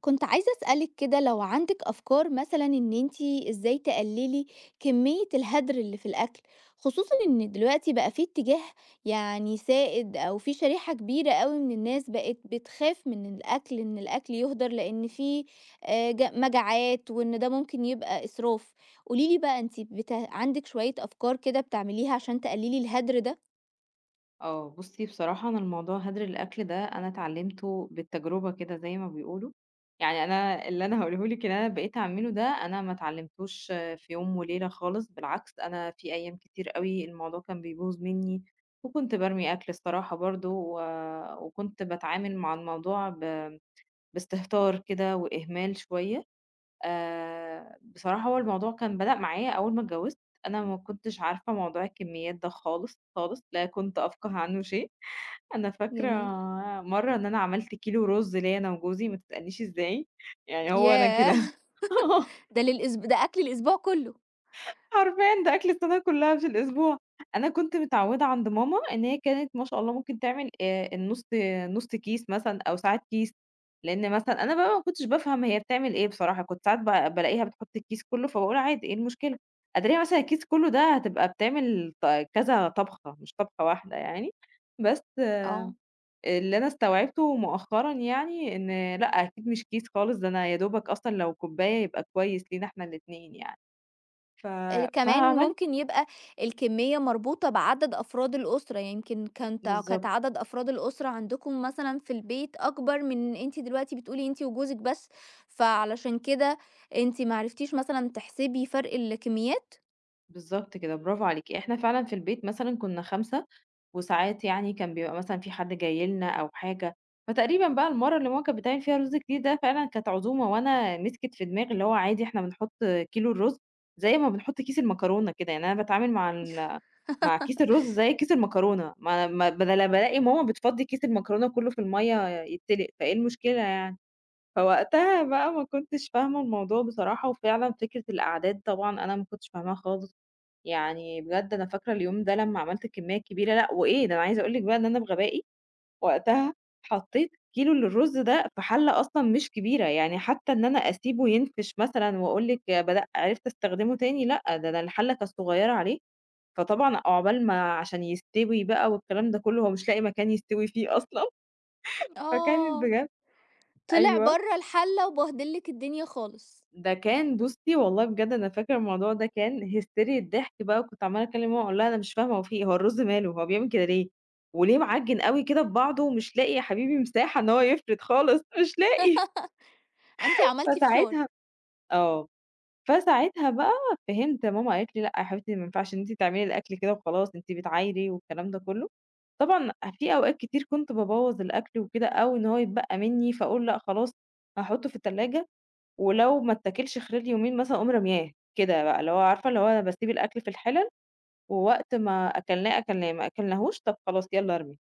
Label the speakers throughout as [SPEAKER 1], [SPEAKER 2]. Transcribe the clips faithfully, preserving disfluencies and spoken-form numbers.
[SPEAKER 1] كنت عايزة أسألِك كده لو عندِك أفكار مثلًا إن أنتِ إزاي تقللي كمية الهدر اللي في الأكل، خصوصًا إن دلوقتي بقى في اتجاه يعني سائد أو في شريحة كبيرة أوي من الناس بقت بتخاف من الأكل، إن الأكل يُهدر لأن في آآ ج مجاعات وإن ده ممكن يبقى إسراف. قولي لي بقى أنتِ بت عندِك شوية أفكار كده بتعمليها عشان تقللي الهدر ده؟
[SPEAKER 2] آه، بُصّي بصراحة أنا الموضوع هدر الأكل ده أنا اتعلّمته بالتجربة كده زي ما بيقولوا، يعني أنا اللي أنا هاقوله لِك إن أنا بقيت أعمله ده أنا ما اتعلّمتوش في يوم وليلة خالص، بالعكس أنا في أيام كتير أوي الموضوع كان بيبوظ منّي، وكنت بارمي أكل الصراحة برضه و وكنت باتعامل مع الموضوع ب باستهتار كده وإهمال شوية، آآ، بصراحة هو الموضوع كان بدأ معايا أول ما اتجوّزت، أنا ما كنتش عارفة موضوع الكميات ده خالص، خالص، لا كنت أفقه عنه شيء. أنا فاكرة
[SPEAKER 1] جميل.
[SPEAKER 2] مرّة إن أنا عملت كيلو رُز ليّا أنا وجوزي، ما تسألنيش إزاي، يعني هو أنا
[SPEAKER 1] ياه!
[SPEAKER 2] كده آه،
[SPEAKER 1] ده للأسب ده أكل الأسبوع كله.
[SPEAKER 2] حرفيًا ده أكل السنة كلّها في الأسبوع. أنا كنت متعوّدة عند ماما إن هي كانت ما شاء الله ممكن تعمل آآ النُص نُص كيس مثلًا أو ساعات كيس، لإن مثلًا أنا بقى ما كنتش بافهم هي بتعمل إيه بصراحة، كنت ساعات ب بالاقيها بتحُط الكيس كلّه، فباقول عادي إيه المشكلة، أدريها مثلًا الكيس كلّه ده هتبقى بتعمل ط كذا طبخة، مش طبخة واحدة يعني، بس.
[SPEAKER 1] آه.
[SPEAKER 2] اللي أنا استوعبته مؤخرًا يعني إن لأ، أكيد مش كيس خالص، ده أنا يا دوبك أصلًا لو كوباية يبقى كويس لينا إحنا الاتنين يعني. ف
[SPEAKER 1] آآ كمان
[SPEAKER 2] فعملت
[SPEAKER 1] ممكن يبقى الكمية مربوطة بعدد أفراد الأسرة، يعني يمكن كانت كانت
[SPEAKER 2] بالضبط،
[SPEAKER 1] عدد أفراد الأسرة عندكم مثلًا في البيت أكبر من أنتِ دلوقتي بتقولي أنتِ وجوزِك بس، فعلشان كده أنتِ ما عرفتيش مثلًا تحسبي فرق الكميات؟
[SPEAKER 2] بالضبط كده، برافو عليكِ. إحنا فعلًا في البيت مثلًا كنا خمسة وساعات يعني كان بيبقى مثلًا في حد جاي لنا أو حاجة، فتقريبًا بقى المَرّة اللي ماما كانت بتعمل فيها رُز كتير ده فعلًا كانت عزومة وأنا مسكت في دماغي اللي هو عادي إحنا بنحُط كيلو الرُز زي ما بنحُط كيس المكرونة كده، يعني أنا باتعامل مع ال مع كيس الرُز زي كيس المكرونة، ما ما ب أنا بالاقي ماما بتفضّي كيس المكرونة كلّه في المَيّة يتسلق، فإيه المشكلة يعني؟ فوقتها بقى ما كنتش فاهمة الموضوع بصراحة، وفعلًا فكرة الأعداد طبعًا أنا ما كنتش فاهماها خالص. يعني بجد أنا فاكرة اليوم ده لمّا عملت كمية كبيرة لأ، وإيه ده أنا عايزة أقول لِك بقى إن أنا بغبائي وقتها حطيت كيلو للرز ده في حلة أصلًا مش كبيرة، يعني حتى إن أنا أسيبه ينفش مثلًا وأقول لِك بدأ عرفت أستخدمه تاني لأ، ده أنا الحلة كانت صغيرة عليه، فطبعًا عقبال ما عشان يستوي بقى والكلام ده كله هو مش لاقي مكان يستوي فيه أصلًا، فكانت
[SPEAKER 1] آه،
[SPEAKER 2] بجد
[SPEAKER 1] طلع
[SPEAKER 2] أيوه.
[SPEAKER 1] برّه الحلة وبهدل لِك الدنيا خالص،
[SPEAKER 2] ده كان بُصّي، والله بجد أنا فاكرة الموضوع ده كان هستيريا ضحك بقى، وكنت عمّالة أكلم ماما أقول لها: "أنا مش فاهمة هو في إيه، هو الرز ماله، هو بيعمل كده ليه، وليه معجّن أوي كده في بعضه ومش لاقي يا حبيبي مساحة إن هو يفرد خالص، مش لاقي."
[SPEAKER 1] أنتِ عملتِ فشار.
[SPEAKER 2] فساعتها آه، فساعتها بقى فهمت، ماما قالت لي: "لأ يا حبيبتي ما ينفعش إن أنتِ تعملي الأكل كده وخلاص، أنتِ بتعايري." والكلام ده كلّه. طبعًا في أوقات كتير كنت بابوّظ الأكل وكده أو إن هو يتبقى منّي، فأقول لأ خلاص هاحطه في التلاجة ولو ما اتاكلش خلال يومين مثلًا أقوم رامياه، كده بقى اللي هو عارفة اللي هو باسيب الأكل في الحِلَل، ووقت ما أكلناه أكلناه، ما أكلناهوش طب خلاص يالّا ارمي.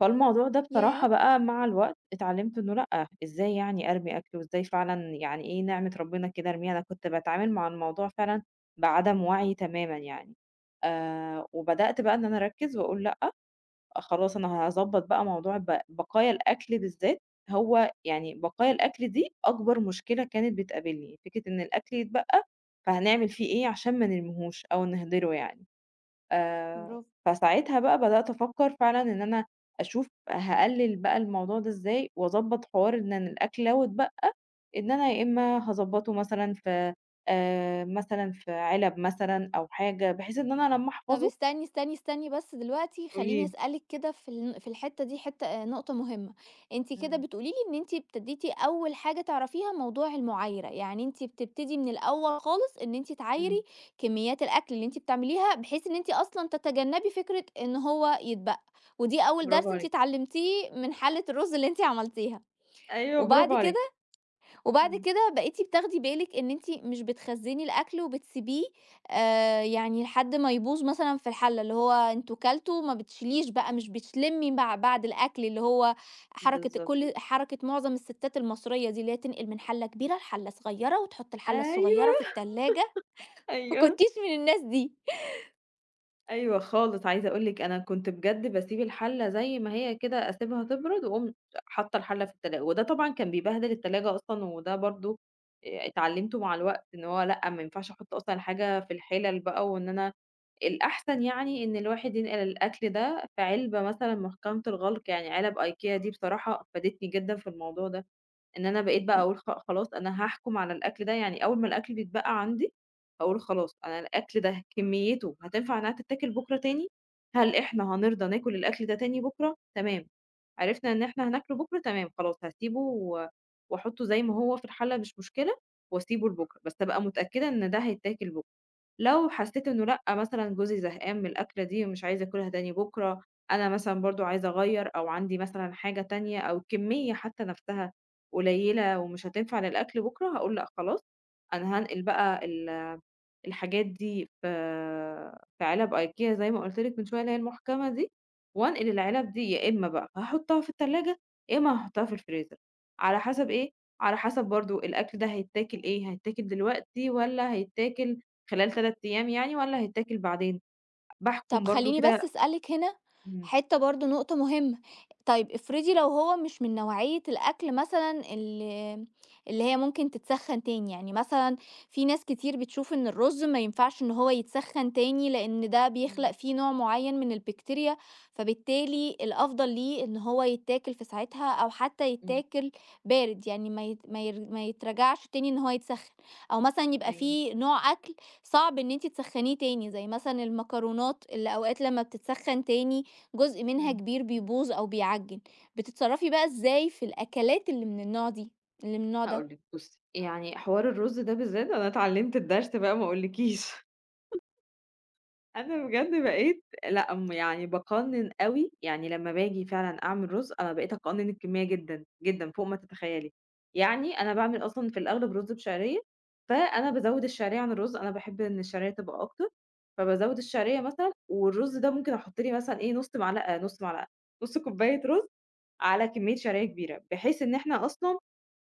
[SPEAKER 2] فالموضوع ده بصراحة
[SPEAKER 1] ياه!
[SPEAKER 2] بقى مع الوقت اتعلمت إنه لأ، إزاي يعني أرمي أكل وإزاي فعلًا يعني إيه نعمة ربنا كده ارميها، أنا كنت باتعامل مع الموضوع فعلًا بعدم وعي تمامًا يعني. آآ، وبدأت بقى إن أنا أركّز وأقول لأ خلاص أنا هاضبّط بقى موضوع ب بقايا الأكل بالذات، هو يعني بقايا الأكل دي أكبر مشكلة كانت بتقابلني، فكرة إن الأكل يتبقى فهنعمل فيه إيه عشان ما نرميهوش أو نهدره يعني. آآ،
[SPEAKER 1] برافو.
[SPEAKER 2] فساعتها بقى بدأت أفكّر فعلًا إن أنا أشوف هاقلِّل بقى الموضوع ده إزاي وأضبّط حوار إن أنا الأكل لو اتبقى إن أنا يا إمّا هاضبّطه مثلًا في آآ، مثلًا في علب مثلًا أو حاجة، بحيث إن أنا لمّا
[SPEAKER 1] طب
[SPEAKER 2] أحفظه
[SPEAKER 1] استني، استني، استني بس دلوقتي
[SPEAKER 2] قولي
[SPEAKER 1] خلّيني
[SPEAKER 2] لي.
[SPEAKER 1] أسألِك كده في الن في الحتّة دي حتّة آآ نقطة مهمة. أنتِ كده
[SPEAKER 2] إمم،
[SPEAKER 1] بتقولي لي إن أنتِ ابتديتِ أول حاجة تعرفيها موضوع المُعايرة، يعني أنتِ بتبتدي من الأول خالص إن أنتِ
[SPEAKER 2] إمم،
[SPEAKER 1] تعايري كميّات الأكل اللي أنتِ بتعمليها، بحيث إن أنتِ أصلًا تتجنّبي فكرة إن هو يتبقى، ودي أول درس
[SPEAKER 2] برافو
[SPEAKER 1] أنتِ
[SPEAKER 2] عليكِ.
[SPEAKER 1] اتعلمتيه من حلة الرُز اللي أنتِ عملتيها.
[SPEAKER 2] أيوه،
[SPEAKER 1] وبعد
[SPEAKER 2] برافو عليكِ.
[SPEAKER 1] كده وبعد
[SPEAKER 2] إمم.
[SPEAKER 1] كده بقيتِ بتاخدي بالِك إن أنتِ مش بتخزّني الأكل وبتسيبيه آآ يعني لحد ما يبوظ مثلًا في الحلة، اللي هو أنتم كلتوا ما بتشيليش بقى، مش بتلمّي مع بعد الأكل، اللي هو حركة
[SPEAKER 2] بالضبط.
[SPEAKER 1] كل حركة معظم الستات المصرية دي، اللي هي تنقل من حلة كبيرة لحلة صغيرة وتحط الحلة الصغيرة في
[SPEAKER 2] أيوه،
[SPEAKER 1] التلاجة، ما
[SPEAKER 2] أيوه،
[SPEAKER 1] كنتيش من الناس دي.
[SPEAKER 2] أيوه خالص. عايزة أقول لِك أنا كنت بجد باسيب الحلة زي ما هي كده، أسيبها تبرد وأقوم حاطة الحلة في التلا وده طبعًا كان بيبهدل التلاجة أصلًا، وده برضه آآ اتعلمته مع الوقت إن هو لأ، ما ينفعش أحط أصلًا الحاجة في الحِلَل بقى، وإن أنا الأحسن يعني إن الواحد ينقل الأكل ده في علبة مثلًا محكمة الغلق، يعني علب IKEA دي بصراحة فادتني جدًا في الموضوع ده. إن أنا بقيت بقى أقول خ خلاص أنا هاحكُم على الأكل ده، يعني أول ما الأكل بيتبقى عندي أقول خلاص أنا الأكل ده كميته هتنفع إنها تتاكل بُكرة تاني؟ هل إحنا هنرضى ناكل الأكل ده تاني بُكرة؟ تمام، عرفنا إن إحنا هناكله بُكرة تمام، خلاص هاسيبه و وأحطه زي ما هو في الحلة مش مشكلة وأسيبه لبُكرة، بس أبقى متأكدة إن ده هيتاكل بُكرة. لو حسيت إنه لأ، مثلًا جوزي زهقان من الأكلة دي ومش عايز ياكلها تاني بُكرة، أنا مثلًا برضه عايزة أغيّر أو عندي مثلًا حاجة تانية أو الكمية حتى نَفْسها قليلة ومش هتنفع للأكل بُكرة، هاقول لأ خلاص، أنا هانقل بقى ال الحاجات دي في في علب IKEA زي ما قُلت لِك من شوية اللي هي المحكمة دي، وأنقل العلب دي يا إمّا بقى هاحطها في التلاجة، يا إمّا هاحطها في الفريزر، على حسب إيه، على حسب برضه الأكل ده هيتاكل إيه، هيتاكل دلوقتي والّا هيتاكل خلال 3 أيام يعني والّا هيتاكل بعدين، باحكم
[SPEAKER 1] طب
[SPEAKER 2] برضه
[SPEAKER 1] خلّيني بس
[SPEAKER 2] كده
[SPEAKER 1] أسألِك هنا
[SPEAKER 2] إمم.
[SPEAKER 1] حتّة برضه نقطة مهمة. طيب افرضي لو هو مش من نوعية الأكل مثلًا اللي اللي هي ممكن تتسخّن تاني، يعني مثلًا في ناس كتير بتشوف إن الرز ما ينفعش إن هو يتسخّن تاني لإن ده بيخلق
[SPEAKER 2] إمم،
[SPEAKER 1] فيه نوع معيّن من البكتيريا، فبالتالي الأفضل ليه إن هو يتاكل في ساعتها أو حتى
[SPEAKER 2] إمم،
[SPEAKER 1] يتاكل بارد، يعني ما يت ما ير ما يترجعش تاني إن هو يتسخّن، أو مثلًا يبقى
[SPEAKER 2] أيوه،
[SPEAKER 1] في نوع أكل صعب إن أنتِ تسخّنيه تاني، زي مثلًا المكرونات اللي أوقات لمّا بتتسخّن تاني جزء منها
[SPEAKER 2] إمم،
[SPEAKER 1] كبير بيبوظ أو بيعجِّن. بتتصرّفي بقى إزاي في الأكلات اللي من النوع دي اللي من النوع
[SPEAKER 2] هاقول
[SPEAKER 1] ده؟
[SPEAKER 2] لِك بُصّي يعني حوار الرز ده بالذات أنا اتعلمت الدرس بقى ما أقولكيش. أنا بجد بقيت لأ، م يعني باقنّن أوي، يعني لمّا باجي فعلًا أعمل رُز، أنا بقيت أقنّن الكمية جدًا، جدًا فوق ما تتخيّلي. يعني أنا باعمل أصلًا في الأغلب رُز بشعرية، فأنا بازوّد الشعرية عن الرُز، أنا باحب إن الشعرية تبقى أكتر، فبازوّد الشعرية مثلًا والرُز ده ممكن أحُط لي مثلًا إيه، نُص معلقة نُص معلقة، نُص كوباية رُز على كمية شرايح كبيرة، بحيث إن إحنا أصلًا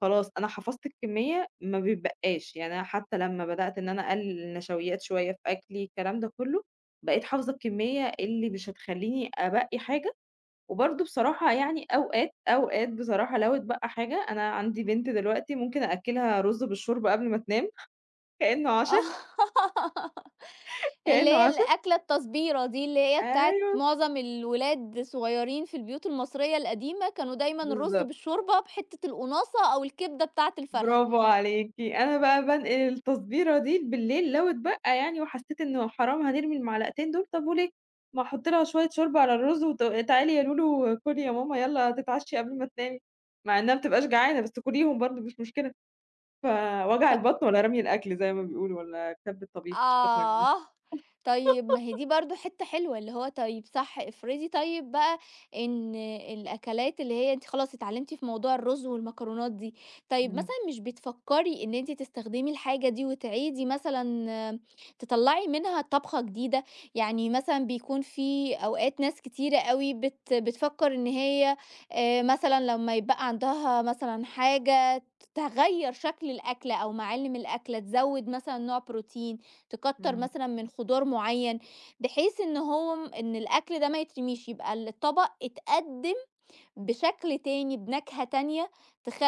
[SPEAKER 2] خلاص أنا حفظت الكمية ما بيتبقاش، يعني أنا حتى لمّا بدأت إن أنا أقلل النشويات شوية في أكلي الكلام ده كلّه، بقيت حافظة الكمية اللي مش هتخلّيني أبقّي حاجة، وبرضه بصراحة يعني أوقات، أوقات بصراحة لو اتبقى حاجة أنا عندي بنت دلوقتي ممكن أأكّلها رز بالشوربة قبل ما تنام كإنه عشا،
[SPEAKER 1] آه، اللي
[SPEAKER 2] كإنه
[SPEAKER 1] هي
[SPEAKER 2] عشا.
[SPEAKER 1] الأكلة التصبيرة دي، اللي هي بتاعة
[SPEAKER 2] أيوه،
[SPEAKER 1] معظم الولاد الصغيّرين في البيوت المصرية القديمة، كانوا دايمًا الرُز
[SPEAKER 2] بالضبط.
[SPEAKER 1] بالشوربة بحتّة القُناصة أو الكبدة بتاعة الفرخة.
[SPEAKER 2] برافو عليكِ. أنا بقى بانقل التصبيرة دي بالليل لو اتبقى يعني وحسّيت إنه حرام هنرمي المعلقتين دول، طب وليه؟ ما أحُط لها شوية شوربة على الرز وت تعالي يا لولو كُلي يا ماما يالّا تتعشّي قبل ما تنامي، مع إنها ما بتبقاش جعانة بس كُليهم برضه مش مشكلة، فوجع
[SPEAKER 1] ط
[SPEAKER 2] البطن ولا رمي الأكل زي ما بيقولوا والّا كَبّ الطبيخ مش فاكرة الم
[SPEAKER 1] آه، طيب ما هي دي برضه حتّة حلوة، اللي هو طيب صح افرضي طيب بقى إن الأكلات اللي هي أنتِ خلاص اتعلمتِ في موضوع الرز والمكرونات دي، طيب
[SPEAKER 2] إمم،
[SPEAKER 1] مثلًا مش بتفكّري إن أنتِ تستخدمي الحاجة دي وتعيدي مثلًا آه، تطلّعي منها طبخة جديدة؟ يعني مثلًا بيكون في أوقات ناس كتيرة أوي بت بتفكّر إن هي آآ مثلًا لمّا يتبقى عندها مثلًا حاجة ت تغيّر شكل الأكلة أو معالم الأكلة، تزوّد مثلًا نوع بروتين، تكتر
[SPEAKER 2] إمم،
[SPEAKER 1] مثلًا من خضار معين، بحيث إن هو م إن الأكل ده ما يترميش، يبقى الطبق اتقدم بشكل تاني، بنكهة تانية،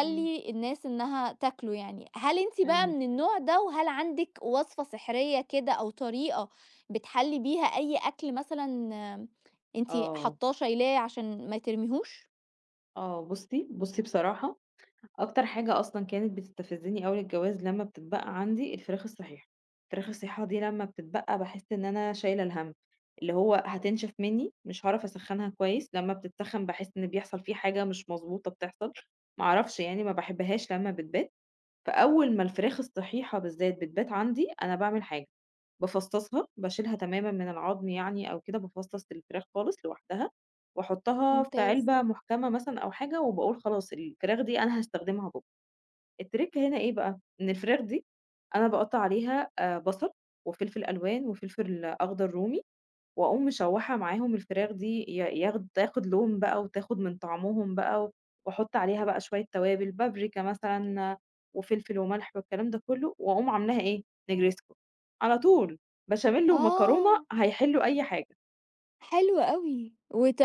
[SPEAKER 2] إمم.
[SPEAKER 1] الناس إنها تاكله يعني. هل أنتِ بقى
[SPEAKER 2] أيوه.
[SPEAKER 1] من النوع ده، وهل عندِك وصفة سحرية كده أو طريقة بتحلّي بيها أي أكل مثلًا آمم، أنتِ
[SPEAKER 2] آه،
[SPEAKER 1] حاطاه شايلاه عشان ما ترميهوش؟
[SPEAKER 2] آه. بُصّي، بُصّي بصراحة أكتر حاجة أصلًا كانت بتستفزني أوي الجواز لمّا بتتبقى عندي الفراخ الصحيحة، الفراخ الصحيحة دي لمّا بتتبقى باحس إن أنا شايلة الهَم، اللي هو هتنشف مني، مش هاعرف أسخّنها كويس، لمّا بتتسخّن باحس إن بيحصل في حاجة مش مضبوطة بتحصل، ما أعرفش يعني ما باحبهاش لمّا بتبات، فأول ما الفراخ الصحيحة بالذات بتبات عندي أنا باعمل حاجة، بافصّصها، باشيلها تمامًا من العضم يعني أو كده، بافصّص الفراخ خالص لوحدها وأحطها في
[SPEAKER 1] ممتاز.
[SPEAKER 2] علبة محكمة مثلًا أو حاجة وباقول خلاص الفراخ دي أنا هاستخدمها بُكرة. الترِك هنا إيه بقى، إن الفراخ دي أنا باقطّع عليها آآ بصل وفلفل ألوان وفلفل أخضر رومي، وأقوم مشوّحة معاهم الفراخ دي ي ياخد تاخد لون بقى وتاخد من طعمهم بقى و وأحُط عليها بقى شوية توابل، بابريكا مثلًا آه، وفلفل وملح والكلام ده كُلّه، وأقوم عاملاها إيه، نجريسكو على طول بشاميل ومكرونة
[SPEAKER 1] آه.
[SPEAKER 2] هيحلّوا أي حاجة.
[SPEAKER 1] حلو أوي،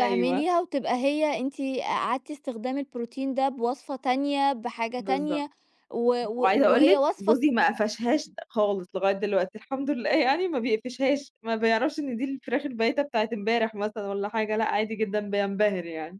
[SPEAKER 2] أيوه،
[SPEAKER 1] وتبقى هي أنتِ أعدتِ استخدام البروتين ده بوصفة تانية، بحاجة
[SPEAKER 2] بالضبط.
[SPEAKER 1] تانية، و
[SPEAKER 2] إمم،
[SPEAKER 1] و
[SPEAKER 2] وعايزة أقول
[SPEAKER 1] وهي
[SPEAKER 2] لِك
[SPEAKER 1] وصفة
[SPEAKER 2] جوزي ما قفشهاش خالص لغاية دلوقتي الحمد لله يعني ما بيقفشهاش، ما بيعرفش إن دي الفراخ البايتة بتاعة امبارح مثلًا والّا حاجة، لأ عادي جدًا بينبهر يعني.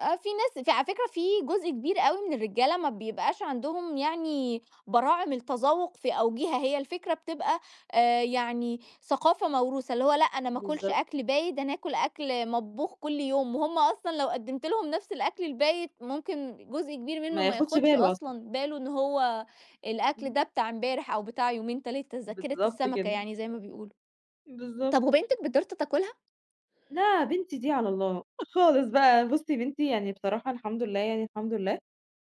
[SPEAKER 1] آه. في ناس ف على فكرة في جزء كبير أوي من الرجالة ما بيبقاش عندهم يعني براعم التذوق في أوجهها، هي الفكرة بتبقى آآ، يعني ثقافة موروثة، اللي هو لأ أنا ما آكلش
[SPEAKER 2] بالضبط.
[SPEAKER 1] أكل بايت، أنا آكل أكل مطبوخ كل يوم، وهُم أصلًا لو قدّمت لهم نفس الأكل البايت ممكن جزء كبير منه
[SPEAKER 2] ما
[SPEAKER 1] ما
[SPEAKER 2] ياخدش
[SPEAKER 1] ياخدش
[SPEAKER 2] باله أصلًا.
[SPEAKER 1] أصلًا باله إن هو الأكل
[SPEAKER 2] إمم،
[SPEAKER 1] ده بتاع امبارح أو بتاع يومين تلاتة، ذاكرة
[SPEAKER 2] بالضبط
[SPEAKER 1] السمكة
[SPEAKER 2] كده،
[SPEAKER 1] يعني زي ما بيقولوا. طب
[SPEAKER 2] بالضبط.
[SPEAKER 1] وبنتِك بتقدر تاكلها؟
[SPEAKER 2] لا بنتي دي على الله خالص بقى، بُصّي بنتي يعني بصراحة الحمد لله يعني الحمد لله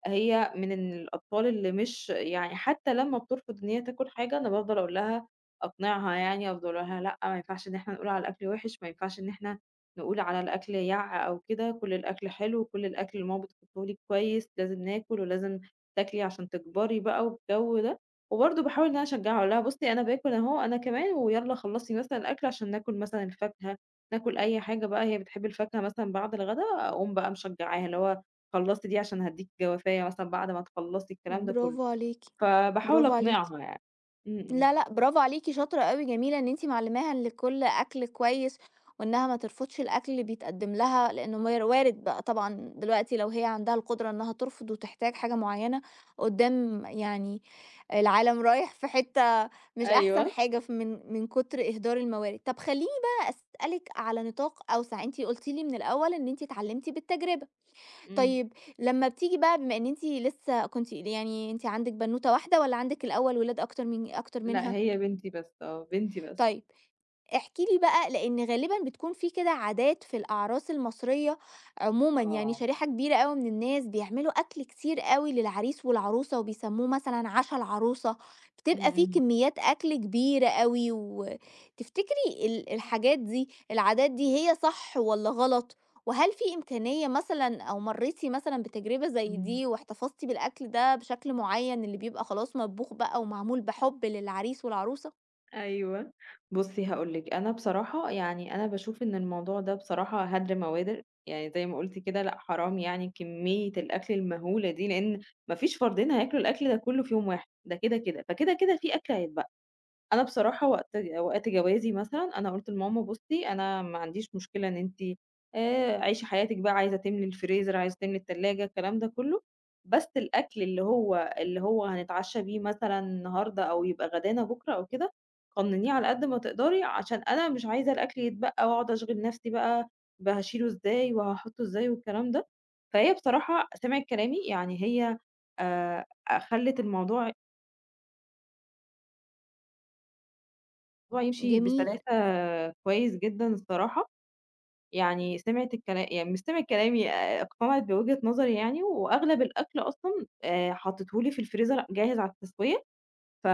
[SPEAKER 2] هي من ال الأطفال اللي مش يعني حتى لمّا بترفض إن هي تاكل حاجة أنا بافضل أقول لها أقنعها يعني، أفضل أقول لها لأ، ما ينفعش إن إحنا نقول على الأكل وِحِش، ما ينفعش إن إحنا نقول على الأكل يَعّ أو كده، كل الأكل حلو، كل الأكل اللي ماما بتحطه لِك كويس، لازم ناكل ولازم تاكلي عشان تكبري بقى والجو ده، وبرضه باحاول إن أنا أشجعها أقول لها بُصّي أنا باكل أهو أنا كمان ويالّا خلّصي مثلًا الأكل عشان ناكل مثلًا الفاكهة، ناكل أي حاجة بقى هي بتحب الفاكهة مثلًا بعد الغدا أقوم بقى مشجعاها، اللي هو خلّصي دي عشان هادّيكِ جوافية مثلًا بعد ما تخلّصي الكلام ده كلّه،
[SPEAKER 1] برافو عليكِ.
[SPEAKER 2] فباحاول
[SPEAKER 1] برافو عليكِ.
[SPEAKER 2] أقنعها يعني. إمم،
[SPEAKER 1] لا،
[SPEAKER 2] إمم.
[SPEAKER 1] لأ، برافو عليكِ، شاطرة أوي، جميلة إن أنتِ معلّماها إن كل أكل كويس، وإنها ما ترفضش الأكل اللي بيتقدّم لها، لإنه مار وارد بقى طبعًا دلوقتي لو هي عندها القدرة إنها ترفض وتحتاج حاجة معيّنة قدّام يعني العالم رايح في حتّة مش أحسن
[SPEAKER 2] أيوه.
[SPEAKER 1] حاجة ف من من كتر إهدار الموارد. طَب خلّيني بقى أسألِك على نطاق أوسع. أنتِ قُلتِ لي من الأول إن أنتِ اتعلّمتِ بالتجربة.
[SPEAKER 2] إمم.
[SPEAKER 1] طيب لمّا بتيجي بقى بما إن أنتِ لسّه كنتِ يعني أنتِ عندِك بنوتة واحدة والّا عندِك الأول ولاد أكتر من أكتر
[SPEAKER 2] لأ
[SPEAKER 1] منها؟
[SPEAKER 2] هي بنتي بس آه، بنتي بس.
[SPEAKER 1] طيب احكِ لي بقى لإن غالبًا بتكون في كده عادات في الأعراس المصرية عمومًا، يعني
[SPEAKER 2] آه.
[SPEAKER 1] شريحة كبيرة أوي من الناس بيعملوا أكل كتير أوي للعريس والعروسة وبيسموه مثلًا عشا العروسة،
[SPEAKER 2] إمم،
[SPEAKER 1] بتبقى في
[SPEAKER 2] إمم،
[SPEAKER 1] كميات أكل كبيرة أوي. وتفتكري ال الحاجات دي، العادات دي هي صح والّا غلط؟ وهل في إمكانية مثلًا أو مرّيتِ مثلًا بتجربة زي
[SPEAKER 2] إمم.
[SPEAKER 1] دي واحتفظتِ بالأكل ده بشكل معيّن اللي بيبقى خلاص مطبوخ بقى ومعمول بحُب للعريس والعروسة؟
[SPEAKER 2] أيوه. بُصّي هاقول لِك، أنا بصراحة يعني أنا باشوف إن الموضوع ده بصراحة هدْر موادِر، يعني زي ما قُلتِ كده لأ حرام يعني كمية الأكل المهولة دي، لإن ما فيش فردين هياكلوا الأكل ده كلّه في يوم واحد، ده كده، كده، فكده، كده في أكل هيتبقى. أنا بصراحة وقت وقت جوازي مثلًا، أنا قُلت لماما بُصّي أنا ما عنديش مشكلة إن أنتِ آآ، عيشي حياتِك بقى عايزة تملي الفريزر، عايزة تملي التلاجة، الكلام ده كلّه، بس الأكل اللي هو اللي هو هنتعشى بيه مثلًا النهارده أو يبقى غدانا بُكرة أو كده، قنّنيه على قد ما تقدري عشان أنا مش عايزة الأكل يتبقى وأقعد أشغل نفسي بقى ب هاشيله إزاي وهاحطه إزاي والكلام ده، فهي بصراحة سمعِت كلامي، يعني هي آآ، خلّت الموضوع الموضوع يمشي
[SPEAKER 1] جميل.
[SPEAKER 2] بسلاسة كويس جدًا الصراحة، يعني سمعِت الكلا يعني مش سمعِت كلامي آآ اقتنعِت بوجهة نظري يعني، وأغلب الأكل أصلًا آآ حطيته لي في الفريزر جاهز على التسوية، ف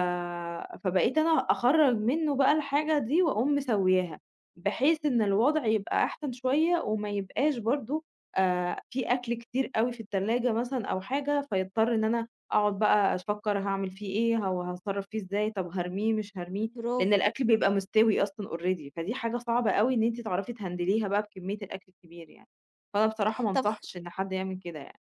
[SPEAKER 2] فبقيت أنا أخرّج منّه بقى الحاجة دي وأقوم مسوياها، بحيث إن الوضع يبقى أحسن شوية وما يبقاش برضه آآ في أكل كتير أوي في التلاجة مثلًا أو حاجة، فيضطر إن أنا أقعد بقى أفكّر هاعمل فيه إيه، هو هاتصرّف فيه إزاي، طب هارميه مش هارميه، لإن
[SPEAKER 1] برافو.
[SPEAKER 2] الأكل بيبقى مستوي أصلًا already فدي حاجة صعبة أوي إن أنتِ تعرفي تهندليها بقى بكمية الأكل الكبير يعني، فأنا بصراحة ما
[SPEAKER 1] طب خ
[SPEAKER 2] أنصحش إن حد يعمل كده يعني.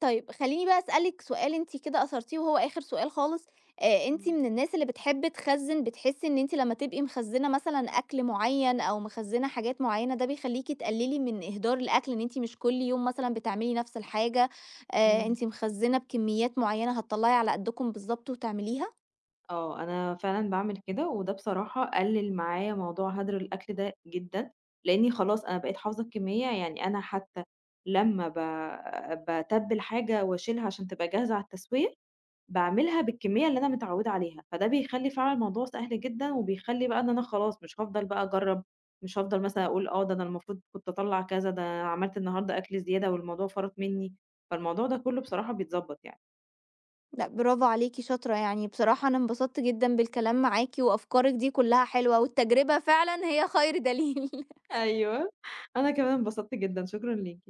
[SPEAKER 1] طيب خلّيني بقى أسألِك سؤال أنتِ كده أثرتيه وهو آخر سؤال خالص. آآ أنتِ
[SPEAKER 2] إمم،
[SPEAKER 1] من الناس اللي بتحب تخزّن، بتحسّي إن أنتِ لمّا تبقي مخزّنة مثلًا أكل معيّن أو مخزّنة حاجات معيّنة ده بيخلّيكِ تقلّلي من إهدار الأكل، إن أنتِ مش كل يوم مثلًا بتعملي نفس الحاجة، آآ
[SPEAKER 2] إمم.
[SPEAKER 1] أنتِ مخزّنة بكميات معيّنة هتطلّعي على قدّكم بالضبط وتعمليها؟
[SPEAKER 2] آه، أنا فعلًا باعمل كده، وده بصراحة قلِّل معايا موضوع هدر الأكل ده جدًا، لإني خلاص أنا بقيت حافظة الكمية، يعني أنا حتى لمّا ب باتبِّل حاجة وأشيلها عشان تبقى جاهزة على التسوية، باعملها بالكمية اللي أنا متعوِّدة عليها، فده بيخلّي فعلًا الموضوع سهل جدًا، وبيخلّي بقى إن أنا خلاص مش هافضل بقى أجرّب، مش هافضل مثلًا أقول آه، ده أنا المفروض كنت أطلّع كذا، ده أنا عملت النهارده أكل زيادة والموضوع فرط منّي، فالموضوع ده كلّه بصراحة بيتضبّط يعني.
[SPEAKER 1] لأ برافو عليكِ شاطرة، يعني بصراحة أنا انبسطت جدًا بالكلام معاكِ وأفكارِك دي كلّها حلوة، والتجربة فعلًا هي خير دليل.
[SPEAKER 2] أيوه، أنا كمان انبسطت جدًا، شكرًا ليكِ.